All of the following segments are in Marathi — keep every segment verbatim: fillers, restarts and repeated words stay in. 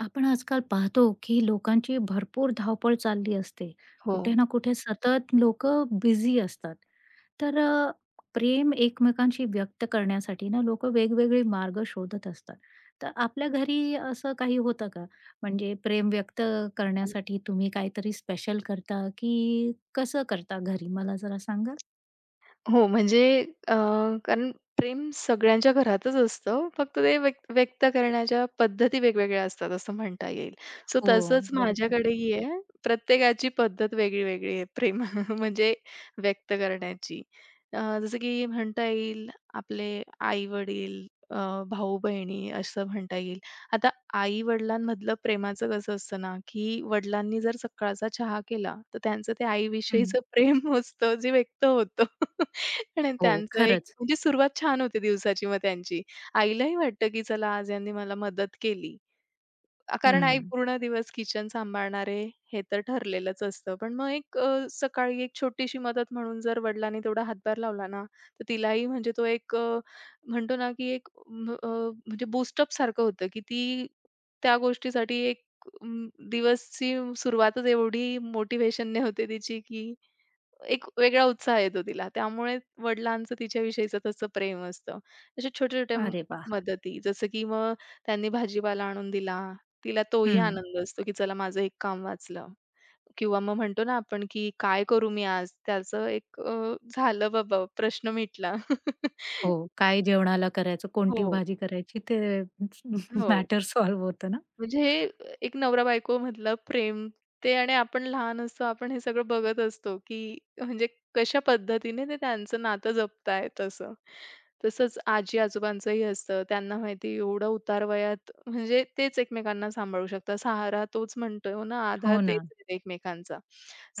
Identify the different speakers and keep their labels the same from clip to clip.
Speaker 1: आपण आजकाल पाहतो, की लोकांची भरपूर धावपळ चालली असते.
Speaker 2: हो.
Speaker 1: कुठे ना कुठे सतत लोकं बिझी असतात. तर अ, प्रेम एकमेकांशी व्यक्त करण्यासाठी ना लोकं वेगवेगळे मार्ग शोधत असतात. तर आपल्या घरी असं काही होतं का? म्हणजे प्रेम व्यक्त
Speaker 2: हो.
Speaker 1: करण्यासाठी तुम्ही काहीतरी स्पेशल करता, की कसं करता घरी? मला जरा सांगाल?
Speaker 2: हो, म्हणजे अ, कारण प्रेम सगळ्यांच्या घरातच असतं. फक्त ते व्यक्त व्यक्त करण्याच्या पद्धती वेगवेगळ्या असतात असं म्हणता येईल. सो
Speaker 1: हो,
Speaker 2: तसंच
Speaker 1: बरोबर.
Speaker 2: माझ्याकडेही आहे. प्रत्येकाची पद्धत वेगळी-वेगळी आहे प्रेम म्हणजे व्यक्त करण्याची. अ, जसं की म्हणता येईल आपले आई-वडील, भाऊ-बहिणी असं म्हणता येईल. आता आई-वडिलांमधलं प्रेमाचं कसं असतं ना, की वडिलांनी जर सकाळचा चहा केला, तर त्यांचं ते
Speaker 1: हं.
Speaker 2: आईविषयीचं प्रेम असतं जे व्यक्त होतं. आणि
Speaker 1: हो,
Speaker 2: त्यांचं एक
Speaker 1: खरंच.
Speaker 2: म्हणजे सुरुवात छान होते दिवसाची मग त्यांची. आईलाही वाटतं, की चला आज यांनी मला मदत केली. अ, कारण आई
Speaker 1: हं.
Speaker 2: पूर्ण दिवस किचन सांभाळणार आहे हे तर ठरलेलंच असतं. पण मग एक अ, सकाळी एक छोटीशी मदत म्हणून जर वडिलांनी तेवढा हातभार लावला ना, तर तिलाही म्हणजे तो एक अ, म्हणतो ना, की एक म अ, म्हणजे बूस्टअप सारखं होतं, की ती त्या गोष्टीसाठी एक अं, दिवसची सुरुवातच एवढी मोटिव्हेशनने होते तिची, की एक वेगळा उत्साह येतो तिला. त्यामुळे वडिलांचं तिच्याविषयीचं तसं प्रेम असतं. अशा छोट्या-छोट्या म
Speaker 1: अरे वाह!
Speaker 2: मदती जसं की मग त्यांनी भाजीपाला आणून दिला, तिला तोही
Speaker 1: हं.
Speaker 2: आनंद असतो, की चला माझं एक काम वाचलं किंवा मग म्हणतो ना आपण, की काय करू मी आज? त्याचं एक अ, झालं बाबा प्रश्न मिटला.
Speaker 1: हो, काय जेवणाला करायचं,
Speaker 2: हो,
Speaker 1: कोणती भाजी करायची ते
Speaker 2: हो.
Speaker 1: मॅटर सॉल्व्ह होतं ना.
Speaker 2: म्हणजे एक नवरा-बायकोमधलं प्रेम ते आणि आपण लहान असतो, आपण हे सगळं बघत असतो, की म्हणजे कशा पद्धतीने ते त्यांचं नातं जपतायत असं. तसंच आजी-आजोबांचंही असतं. त्यांना माहिती आहे एवढं उतार वयात म्हणजे तेच एकमेकांना सांभाळू शकतात. सहारा तोच म्हणतो ना, आधार
Speaker 1: हो
Speaker 2: तेच
Speaker 1: ना.
Speaker 2: आहेत एकमेकांचा.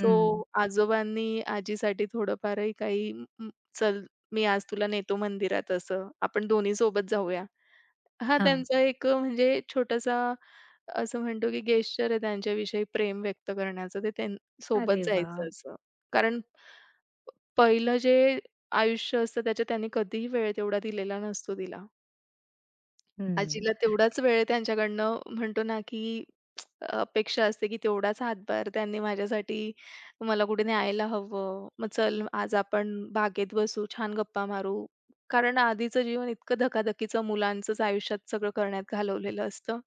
Speaker 2: सो आजोबांनी आजीसाठी थोडंफारही काही, "म, "चल, मी आज तुला नेतो मंदिरात" असं, "आपण दोन्ही सोबत जाऊया." हां,
Speaker 1: हां.
Speaker 2: त्यांचा एक अ, म्हणजे छोटासा असं म्हणतो, की गेस्चर आहे त्यांच्याविषयी प्रेम व्यक्त करण्याचं. ते त्यां सोबत
Speaker 1: अरे वाह!
Speaker 2: जायचं असं. कारण पहिलं जे आयुष्य असतं त्याच्यात त्यांनी कधीही वेळ तेवढा दिलेला नसतो तिला.
Speaker 1: हं.
Speaker 2: आजीला तेवढाच वेळ त्यांच्याकडनं म्हणतो ना, की अपेक्षा असते, की तेवढाच हातभार त्यांनी माझ्यासाठी मला कुठे न्यायला हवं. मग चल आज आपण बागेत बसू, छान गप्पा मारू. कारण आधीचं जीवन इतकं धकाधकीचं मुलांचंच आयुष्यात सगळं करण्यात घालवलेलं असतं.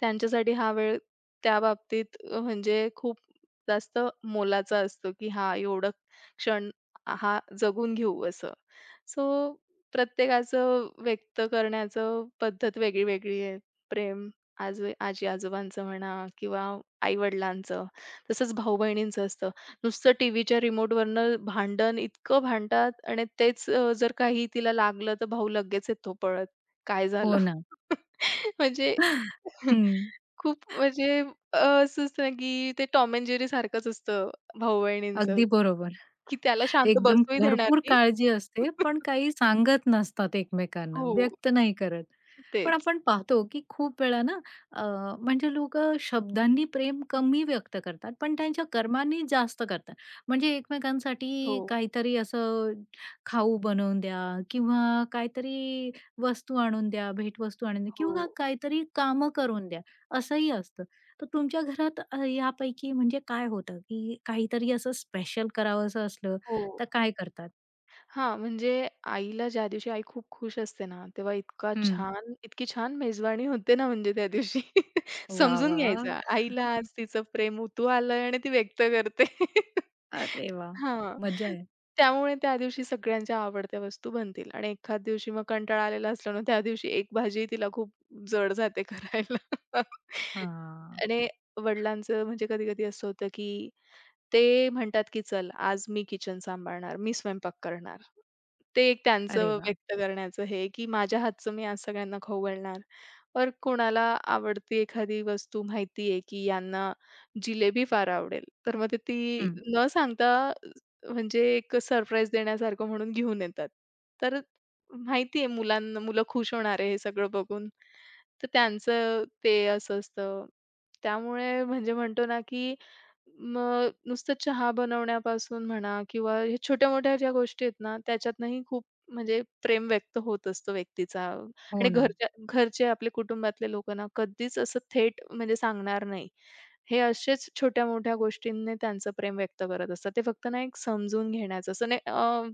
Speaker 2: त्यांच्यासाठी हा वेळ त्याबाबतीत अ, म्हणजे खूप जास्त मोलाचा असतो, की हां, एवढं क्षण हा जगून घेऊ असं. सो प्रत्येकाचं व्यक्त करण्याचं पद्धत वेगळी वेगळी आहे. प्रेम आज आजी-आजोबांचं म्हणा किंवा आई-वडिलांचं, तसंच भाऊ-बहिणींचं असतं. नुसतं टीव्हीच्या रिमोटवरनं भांडण इतकं भांडतात आणि तेच अ, जर काही तिला लागलं तर भाऊ लगेच येतो पळत. काय झालं?
Speaker 1: हो ना.
Speaker 2: म्हणजे
Speaker 1: हं.
Speaker 2: खूप म्हणजे अ, असं असतं ना, की ते टॉम अँड जेरी सारखंच असतं भाऊ-बहिणींचं,
Speaker 1: अगदी बरोबर.
Speaker 2: की त्याला शांत
Speaker 1: एकदम
Speaker 2: बसूही देणार
Speaker 1: भरपूर
Speaker 2: नाही.
Speaker 1: काळजी असते, पण काही सांगत नसतात एकमेकांना,
Speaker 2: हो.
Speaker 1: व्यक्त नाही करत. पण
Speaker 2: तेच.
Speaker 1: आपण पाहतो, की खूप वेळा ना, अ, म्हणजे लोकं शब्दांनी प्रेम कमी व्यक्त करतात, पण त्यांच्या कर्मांनी जास्त करतात. म्हणजे
Speaker 2: हो,
Speaker 1: एकमेकांसाठी काहीतरी असं खाऊ बनवून द्या किंवा काहीतरी वस्तू आणून द्या, भेटवस्तू आणून द्या किंवा
Speaker 2: हो,
Speaker 1: काहीतरी कामं करून द्या, असंही असतं. तर तुमच्या घरात अ, यापैकी म्हणजे काय होतं, की काहीतरी असं स्पेशल करावसं असलं
Speaker 2: हो.
Speaker 1: तर काय करतात?
Speaker 2: हां, म्हणजे आईला ज्या दिवशी आई खूप खुश असते ना, तेव्हा इतका
Speaker 1: हं.
Speaker 2: छान इतकी छान मेजवानी होते ना म्हणजे त्या दिवशी.
Speaker 1: वाह,
Speaker 2: समजून
Speaker 1: वाह!
Speaker 2: घ्यायचा, आईला आज तिचं प्रेम उतू आलंय आणि ती व्यक्त करते.
Speaker 1: अरे वाह!
Speaker 2: हां,
Speaker 1: मजा आहे.
Speaker 2: त्यामुळे त्या दिवशी सगळ्यांच्या आवडत्या वस्तू बनतील आणि एखाद दिवशी मग कंटाळा आलेला असला ना, त्या दिवशी एक भाजी तिला खूप जड जाते करायला.
Speaker 1: हां.
Speaker 2: आणि वडिलांचं म्हणजे कधी-कधी असं होतं, की ते म्हणतात, की "चल, आज मी किचन सांभाळणार, मी स्वयंपाक करणार." ते एक
Speaker 1: अरे
Speaker 2: त्यांचं
Speaker 1: वाह!
Speaker 2: व्यक्त करण्याचं हे, की माझ्या हातचं मी आज सगळ्यांना खाऊ घालणार. और कोणाला आवडती एखादी वस्तू माहिती आहे, की यांना जिलेबी फार आवडेल, तर मग ते ती
Speaker 1: हं.
Speaker 2: न सांगता म्हणजे एक सरप्राईज देण्यासारखं म्हणून घेऊन येतात. तर माहिती आहे मुलांना मुलं खुश होणार आहे हे सगळं बघून. तर त्यांचं ते असं असतं. त्यामुळे म्हणजे म्हणतो ना, की मग नुसतं चहा बनवण्यापासून म्हणा किंवा हे छोट्या-मोठ्या ज्या गोष्टी आहेत ना, त्याच्यातनंही खूप म्हणजे प्रेम व्यक्त होत असतो व्यक्तीचा
Speaker 1: हो
Speaker 2: आणि
Speaker 1: ना.
Speaker 2: घरच्या घरचे आपले कुटुंबातले लोकं ना कधीच असं थेट म्हणजे सांगणार नाही. हे असेच छोट्या-मोठ्या गोष्टींनी त्यांचं प्रेम व्यक्त करत असतात. ते फक्त ना एक समजून घेण्याचं असं नाही अ,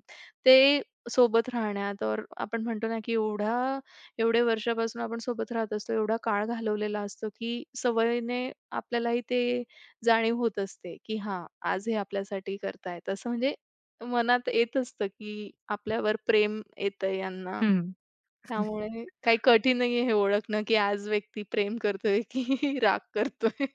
Speaker 2: ते सोबत राहण्यात और आपण म्हणतो ना, की एवढा एवढे वर्षापासून आपण सोबत राहत असतो, एवढा काळ घालवलेला असतो, की सवयीने आपल्यालाही ते जाणीव होत असते, की हां, आज हे आपल्यासाठी करतायत. असं म्हणजे मनात येत असतं, की आपल्यावर प्रेम येतं यांना.
Speaker 1: हं.
Speaker 2: त्यामुळे काही कठीण नाहीये हे ओळखणं, की आज व्यक्ती प्रेम करतोय की राग करतोय.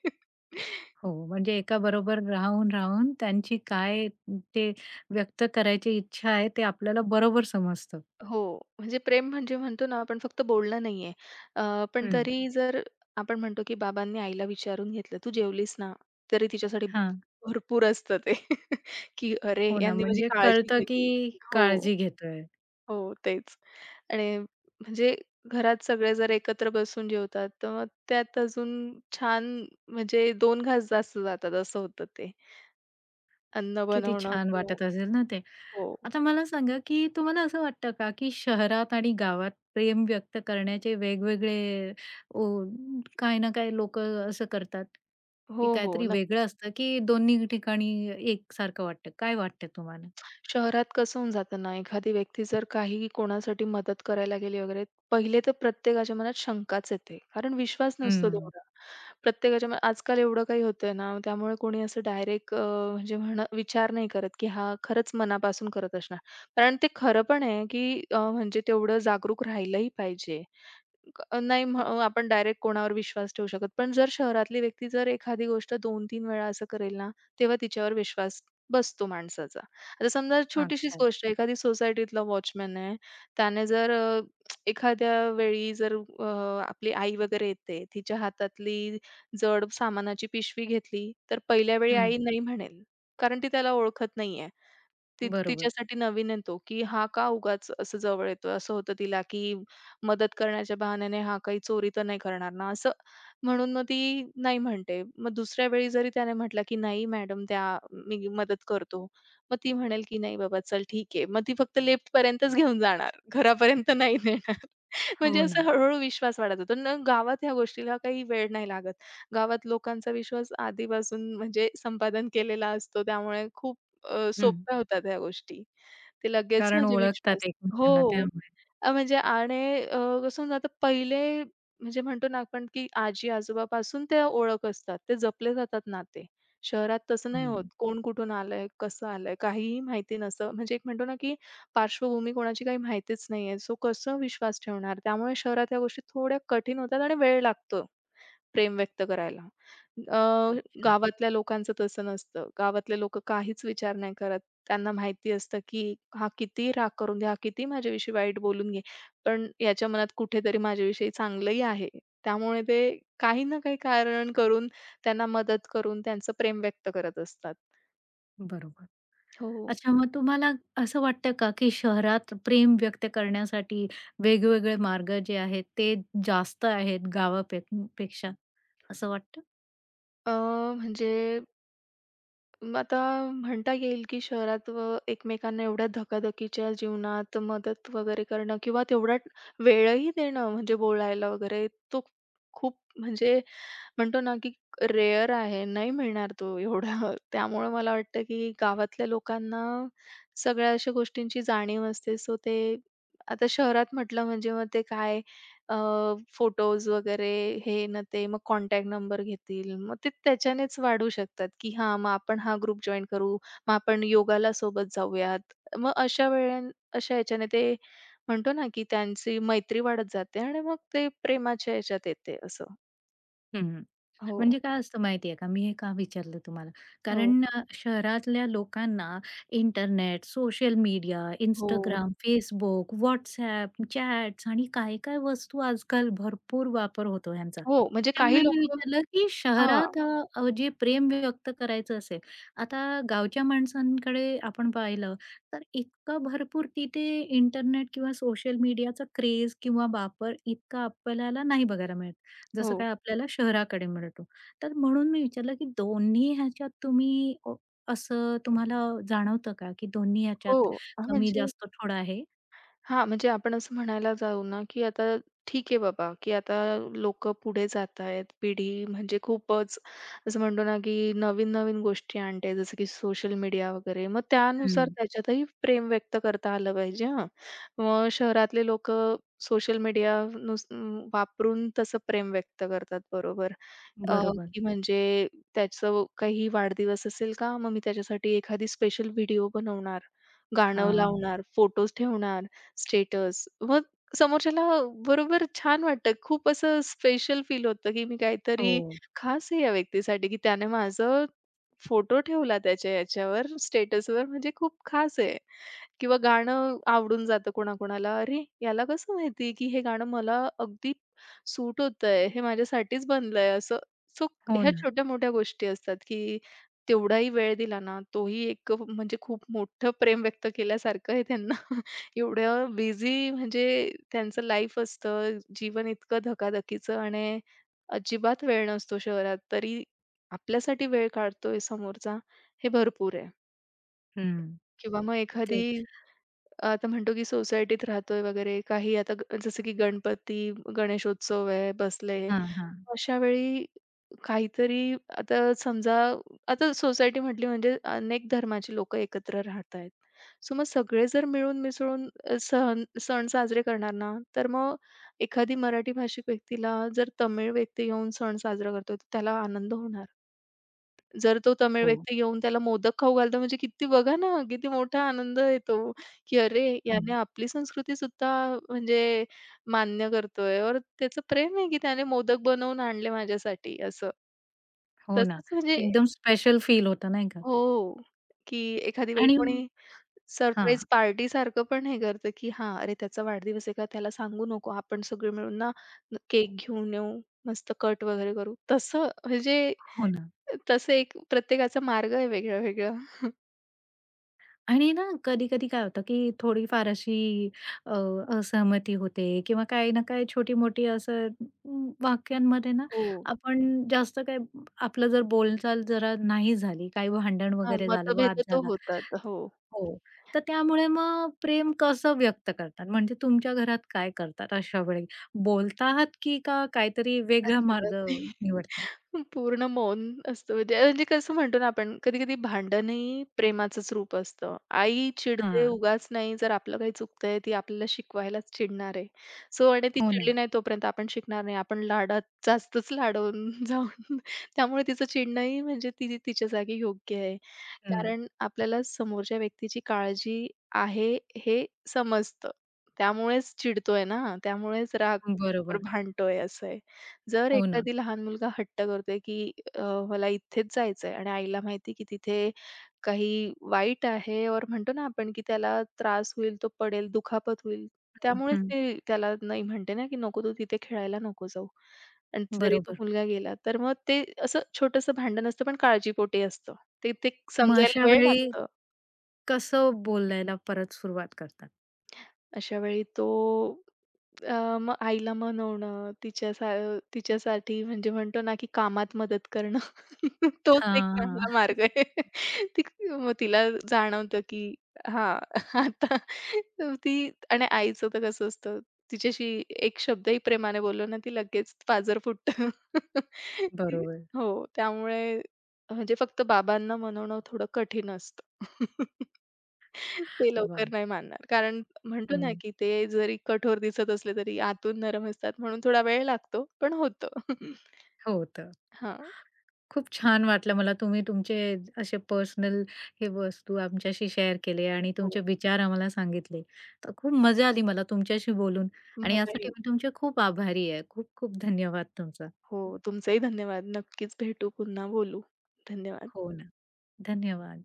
Speaker 1: हो, म्हणजे एकाबरोबर राहून, राहून त्यांची काय ते व्यक्त करायची इच्छा आहे ते आपल्याला बरोबर समजतं.
Speaker 2: हो, म्हणजे प्रेम म्हणजे म्हणतो ना आपण फक्त बोलणं नाहीये. अ, पण
Speaker 1: हं.
Speaker 2: तरी जर आपण म्हणतो, की बाबांनी आईला विचारून घेतलं, "तू जेवलीस ना?" तरी तिच्यासाठी
Speaker 1: हां.
Speaker 2: भरपूर असतं ते, की "अरे,
Speaker 1: हो ना,
Speaker 2: यांनी माझी
Speaker 1: म्हणजे
Speaker 2: काळजी
Speaker 1: कळतं की
Speaker 2: घेतली." हो,
Speaker 1: काळजी घेतोय.
Speaker 2: हो, तेच. आणि म्हणजे घरात सगळे जर एकत्र बसून जेवतात, तर मग त्यात अजून छान म्हणजे दोन घास जास्त जातात असं होतं ते. अन्न
Speaker 1: किती
Speaker 2: बनवणं
Speaker 1: छान
Speaker 2: किंवा
Speaker 1: वाटत असेल ना ते.
Speaker 2: हो.
Speaker 1: आता मला सांगा, की तुम्हाला असं वाटतं का, की शहरात आणि गावात प्रेम व्यक्त करण्याचे वेगवेगळे ओ काही ना काही लोकं असं करतात, की
Speaker 2: हो, हो.
Speaker 1: काहीतरी
Speaker 2: नक्कीच.
Speaker 1: वेगळं असतं, की दोन्ही ठिकाणी एकसारखं वाटतं? काय वाटतं तुम्हाला?
Speaker 2: शहरात कसं होऊन जातं ना, एखादी व्यक्ती जर काही कोणासाठी मदत करायला गेली वगैरे, पहिले तर प्रत्येकाच्या मनात शंकाच येते. कारण विश्वास नसतो
Speaker 1: हं.
Speaker 2: तेवढा. प्रत्येकाच्या मनात आजकाल एवढं काही होतंय ना, त्यामुळे कोणी असं डायरेक्ट म्हणजे म्हण विचार नाही करत, की हा खरंच मनापासून करत असणार. कारण ते खरं पण आहे, की अ, म्हणजे तेवढं जागरूक राहिलंही पाहिजे. क नाही म्ह आपण डायरेक्ट कोणावर विश्वास ठेवू शकत. पण जर शहरातली व्यक्ती जर एखादी गोष्ट दोन-तीन वेळा असं करेल ना, तेव्हा तिच्यावर विश्वास बसतो माणसाचा. आता समजा छोटीशीच
Speaker 1: अच्छा.
Speaker 2: गोष्ट आहे, एखादी सोसायटीतला वॉचमन आहे, त्याने जर अ, एखाद्या वेळी जर अ, आपली आई वगैरे येते, तिच्या हातातली जड सामानाची पिशवी घेतली, तर पहिल्या वेळी
Speaker 1: हं.
Speaker 2: आई नाही म्हणेल, कारण ती त्याला ओळखत नाहीये. ती
Speaker 1: बरोबर.
Speaker 2: तिच्यासाठी नवीन आहे तो, की हा का उगाच असं जवळ येतोय? असं होतं तिला, की मदत करण्याच्या बहाण्याने हा काही चोरी तर नाही करणार ना? असं म्हणून मग ती नाही म्हणते. मग दुसऱ्या वेळी जरी त्याने म्हटलं, की "नाही मॅडम त्या मी मदत करतो." मग ती म्हणेल, की "नाही बाबा चल ठीक आहे." मग ती फक्त लिफ्टपर्यंतच घेऊन जाणार. घरापर्यंत नाही नेणार.
Speaker 1: हो
Speaker 2: म्हणजे असं
Speaker 1: ना.
Speaker 2: हळू विश्वास वाढत होतो. न गावात ह्या गोष्टीला काही वेळ नाही लागत. गावात लोकांचा विश्वास आधीपासून म्हणजे संपादन केलेला असतो. त्यामुळे खूप अ,
Speaker 1: हं.
Speaker 2: सोप्या होतात ह्या गोष्टी. ते लगेच
Speaker 1: कारण
Speaker 2: म्हणजे
Speaker 1: ओळखतात
Speaker 2: विश्वास
Speaker 1: एकमेकांना
Speaker 2: हो.
Speaker 1: त्यामुळे.
Speaker 2: अ, म्हणजे आणि अ, कसं ना, आता पहिले म्हणजे म्हणतो ना आपण, की आजी-आजोबापासून त्या ओळख असतात. ते जपले जातात नाते. शहरात तसं नाही होत.
Speaker 1: हं.
Speaker 2: कोण कुठून आलंय, कसं आलंय, काहीही माहिती नसतं. म्हणजे एक म्हणतो ना, की पार्श्वभूमी कोणाची काही माहितीच नाहीये. सो कसं विश्वास ठेवणार? त्यामुळे शहरात ह्या गोष्टी थोड्या कठीण होतात आणि वेळ लागतो. प्रेम व्यक्त करायला. अ,
Speaker 1: अच्छा.
Speaker 2: गावातल्या लोकांचं तसं नसतं. गावातले लोकं काहीच विचार नाही करत. त्यांना माहिती असतं, की हा कितीही राग करून घे, हा कितीही माझ्याविषयी वाईट बोलून घे, पण याच्या मनात कुठेतरी माझ्याविषयी चांगलंही आहे. त्यामुळे ते काही ना काही कारण करून त्यांना मदत करून त्यांचं प्रेम व्यक्त करत असतात.
Speaker 1: बरोबर.
Speaker 2: हो.
Speaker 1: अच्छा, मग तुम्हाला असं वाटतं का, की शहरात प्रेम व्यक्त करण्यासाठी वेगवेगळे मार्ग जे आहेत, ते जास्त आहेत गावापे पेक्षा असं वाटतं?
Speaker 2: अ, म्हणजे मग आता म्हणता येईल, की शहरात व एकमेकांना एवढ्या धकाधकीच्या जीवनात मदत वगैरे करणं किंवा तेवढा वेळही देणं म्हणजे बोलायला वगैरे तो खूप म्हणजे म्हणतो ना, की रेअर आहे. नाही मिळणार तो एवढा. त्यामुळं मला वाटतं, की गावातल्या लोकांना सगळ्या अशा गोष्टींची जाणीव असते. सो ते आता शहरात म्हटलं म्हणजे मग ते काय फोटोज वगैरे हे न ते मग कॉन्टॅक्ट नंबर घेतील. मग ते त्याच्यानेच वाढू शकतात, की हां, मग आपण हा ग्रुप जॉइन करू, मग आपण योगाला सोबत जाऊयात. मग अशा वेळे अशा ह्याच्याने ते म्हणतो ना, की त्यांची मैत्री वाढत जाते आणि मग ते प्रेमाच्या ह्याच्यात येते असं.
Speaker 1: हं. म्हणजे
Speaker 2: हो,
Speaker 1: काय असतं माहिती आहे का? मी हे का विचारलं तुम्हाला?
Speaker 2: हो,
Speaker 1: कारण अ, शहरातल्या लोकांना इंटरनेट, सोशल मीडिया,
Speaker 2: हो,
Speaker 1: Instagram, Instagram, Facebook, WhatsApp, chats आणि काय-काय वस्तू आजकाल भरपूर वापर होतो ह्यांचा.
Speaker 2: हो. म्हणजे काही
Speaker 1: त्यामुळे मी
Speaker 2: लोकं
Speaker 1: विचारलं, की
Speaker 2: हां.
Speaker 1: शहरात अ, अ, जे प्रेम व्यक्त करायचं असेल, आता गावच्या माणसांकडे आपण पाहिलं तर इतकं भरपूर तिथे इंटरनेट किंवा सोशल मीडियाचा क्रेझ किंवा वापर इतका आपल्याला नाही बघायला मिळत. जसं
Speaker 2: हो,
Speaker 1: काय आपल्याला शहराकडे मिळतो. तर म्हणून मी विचारलं, की दोन्ही ह्याच्यात तुम्ही अ, असं तुम्हाला जाणवतं का, की दोन्ही ह्याच्यात
Speaker 2: हो. हा, म्हणजे
Speaker 1: कमी-जास्त थोडं आहे?
Speaker 2: हां, म्हणजे आपण असं म्हणायला जाऊ ना, की आता ठीक आहे बाबा, की आता लोकं पुढे जातायत. पिढी म्हणजे खूपच असं म्हणतो ना, की नवीन-नवीन गोष्टी आणतायत, जसं की सोशल मीडिया वगैरे. मग त्यानुसार
Speaker 1: हं.
Speaker 2: त्याच्यातही प्रेम व्यक्त करता आलं पाहिजे हां. मग शहरातले लोक सोशल मीडिया नुस अं, वापरून तसं प्रेम व्यक्त करतात बरोबर. अ,
Speaker 1: बरोबर.
Speaker 2: की म्हणजे त्याचं काही वाढदिवस असेल का, मग मी त्याच्यासाठी एखादी स्पेशल व्हिडिओ बनवणार, गाणं
Speaker 1: हां.
Speaker 2: लावणार, फोटोज ठेवणार. स्टेटस. मग समोरच्याला बरोबर छान वाटतं. खूप असं स्पेशल फील होतं, की मी
Speaker 1: हो,
Speaker 2: काहीतरी खास आहे या व्यक्तीसाठी, की त्याने माझं फोटो ठेवला त्याच्या याच्यावर स्टेटसवर म्हणजे खूप खास आहे. किंवा गाणं आवडून जातं कोणाकोणाला. अरे, याला कसं माहिती की हे गाणं मला अगदी सूट होतंय, हे माझ्यासाठीच बनलंय असं. सो
Speaker 1: हो
Speaker 2: ह्या
Speaker 1: ना.
Speaker 2: छोट्या-मोठ्या गोष्टी असतात की तेवढाही वेळ दिला ना, तोही एक म्हणजे खूप मोठं प्रेम व्यक्त केल्यासारखं आहे त्यांना. एवढं बिझी म्हणजे त्यांचं लाईफ असतं, जीवन इतकं धकाधकीचं आणि अजिबात वेळ नसतो शहरात. तरी आपल्यासाठी वेळ काढतोय समोरचा, हे भरपूर आहे.
Speaker 1: हं.
Speaker 2: किंवा मग एखादी
Speaker 1: तेच.
Speaker 2: आता म्हणतो की सोसायटीत राहतोय वगैरे काही आता ग- जसं की गणपती गणेशोत्सव आहे बसले
Speaker 1: हां, हां.
Speaker 2: अशा वेळी काहीतरी आता समजा आता सोसायटी म्हटली म्हणजे अनेक धर्माची लोक एकत्र राहत आहेत सो मग सगळे जर मिळून मिसळून अ, सण सण साजरे करणार ना तर मग एखादी मराठी भाषिक व्यक्तीला जर तमिळ व्यक्ती येऊन सण साजरा करतो तर त्याला आनंद होणार जर तो तमिळ
Speaker 1: हो,
Speaker 2: व्यक्ती येऊन त्याला मोदक खाऊ घालतो म्हणजे किती बघा ना, किती मोठा आनंद येतो, की अरे याने
Speaker 1: हं.
Speaker 2: आपली संस्कृतीसुद्धा म्हणजे मान्य करतोय और त्याचं प्रेम आहे, की त्याने मोदक बनवून आणले माझ्यासाठी असं.
Speaker 1: हो ना.
Speaker 2: तसंच म्हणजे
Speaker 1: एकदम स्पेशल फील होतं नाही का?
Speaker 2: हो, की एखादी वेळी
Speaker 1: आणि
Speaker 2: कोणी सरप्राईज
Speaker 1: हां.
Speaker 2: पार्टीसारखं पण हे करतं, की हां, अरे त्याचा वाढदिवस आहे का त्याला सांगू नको. आपण सगळे मिळून ना केक घेऊन येऊ, मस्त कट वगैरे करू. तसं म्हणजे
Speaker 1: हो ना.
Speaker 2: तसं एक प्रत्येकाचा मार्ग आहे वेगळा-वेगळा.
Speaker 1: आणि ना कधी-कधी काय होतं, की थोडीफार अशी अ, असहमती होते किंवा काही ना काही छोटी-मोठी असं म, वाक्यांमध्ये ना
Speaker 2: हो.
Speaker 1: आपण जास्त काय आपलं जर बोलचाल जरा नाही झाली, काही भांडण
Speaker 2: हां,
Speaker 1: वगैरे झालं, वाद
Speaker 2: मतभेद तर
Speaker 1: झाला
Speaker 2: होतात. हो.
Speaker 1: हो. तर त्यामुळे मग प्रेम कसं व्यक्त करतात? म्हणजे तुमच्या घरात काय करतात अशा वेळी? बोलता आहात की का काहीतरी वेगळा
Speaker 2: अजिबात
Speaker 1: मार्ग
Speaker 2: नाही.
Speaker 1: निवडतात?
Speaker 2: पूर्ण मौन असतं. म्हणजे म्हणजे कसं म्हणतो ना आपण, कधी-कधी भांडणही प्रेमाचंच रूप असतं. आई चिडते
Speaker 1: हां.
Speaker 2: उगाच नाही, जर आपलं काही चुकतंय ती आपल्याला शिकवायलाच चिडणार आहे. सो आणि ती
Speaker 1: हो ना.
Speaker 2: चिडली नाही तोपर्यंत आपण शिकणार नाही. आपण लाडात जास्तच लाडवून जाऊन त्यामुळे तिचं चिडणंही म्हणजे ती तिच्या जागी योग्य आहे.
Speaker 1: हं.
Speaker 2: कारण आपल्याला समोरच्या व्यक्तीची काळजी आहे हे समजतं. त्यामुळेच चिडतोय ना, त्यामुळेच राग
Speaker 1: बरोबर.
Speaker 2: भांडतोय असं आहे. जर
Speaker 1: हो ना.
Speaker 2: एखादी लहान मुलगा हट्ट करतोय, की अ, मला इथेच जायचंय आणि आईला माहिती आहे, की तिथे काही वाईट आहे और म्हणतो ना आपण, की त्याला त्रास होईल, तो पडेल, दुखापत होईल.
Speaker 1: हं,
Speaker 2: त्यामुळेच
Speaker 1: हं.
Speaker 2: ते त्याला नाही म्हणते ना, की "नको तू तिथे खेळायला नको जाऊ." आणि जरी तो
Speaker 1: बरोबर.
Speaker 2: मुलगा गेला, तर मग ते असं छोटंसं भांडण असतं, पण काळजीपोटी असतं. ते ते
Speaker 1: मग
Speaker 2: समजायला
Speaker 1: अशा
Speaker 2: वेळ
Speaker 1: वेळी
Speaker 2: लागतो.
Speaker 1: कसं बोलायला परत सुरुवात करतात.
Speaker 2: अशा वेळी तो अ, मग आईला मनवणं, तिच्यासा तिच्यासाठी म्हणजे म्हणतो ना, की कामात मदत करणं. तोच एक
Speaker 1: हां,
Speaker 2: चांगला
Speaker 1: हां.
Speaker 2: मार्ग आहे. ती मग तिला जाणवतं, की हां, आता ती आणि आईचं तर कसं असतं, तिच्याशी एक शब्दही प्रेमाने बोललो ना, ती लगेच पाजर फुटतं. ती
Speaker 1: बरोबर.
Speaker 2: हो, त्यामुळे म्हणजे फक्त बाबांना मनवणं थोडं कठीण असतं. ते लवकर
Speaker 1: वाह!
Speaker 2: नाही मानणार. कारण म्हणतो ना,
Speaker 1: हं.
Speaker 2: की ते जरी कठोर दिसत असले तरी आतून नरम असतात म्हणून थोडा वेळ लागतो, पण होतं.
Speaker 1: हो तर.
Speaker 2: हां.
Speaker 1: खूप छान वाटलं मला तुम्ही तुमचे असे पर्सनल हे वस्तू आमच्याशी शेअर केले आणि तुमचे
Speaker 2: हो.
Speaker 1: विचार आम्हाला सांगितले. तर खूप मजा आली मला तुमच्याशी बोलून आणि यासाठी
Speaker 2: मलाही
Speaker 1: मी तुमचे खूप आभारी आहे. खूप खूप धन्यवाद तुमचा.
Speaker 2: हो, तुमचंही धन्यवाद. नक्कीच भेटू, पुन्हा बोलू. धन्यवाद.
Speaker 1: हो ना. धन्यवाद.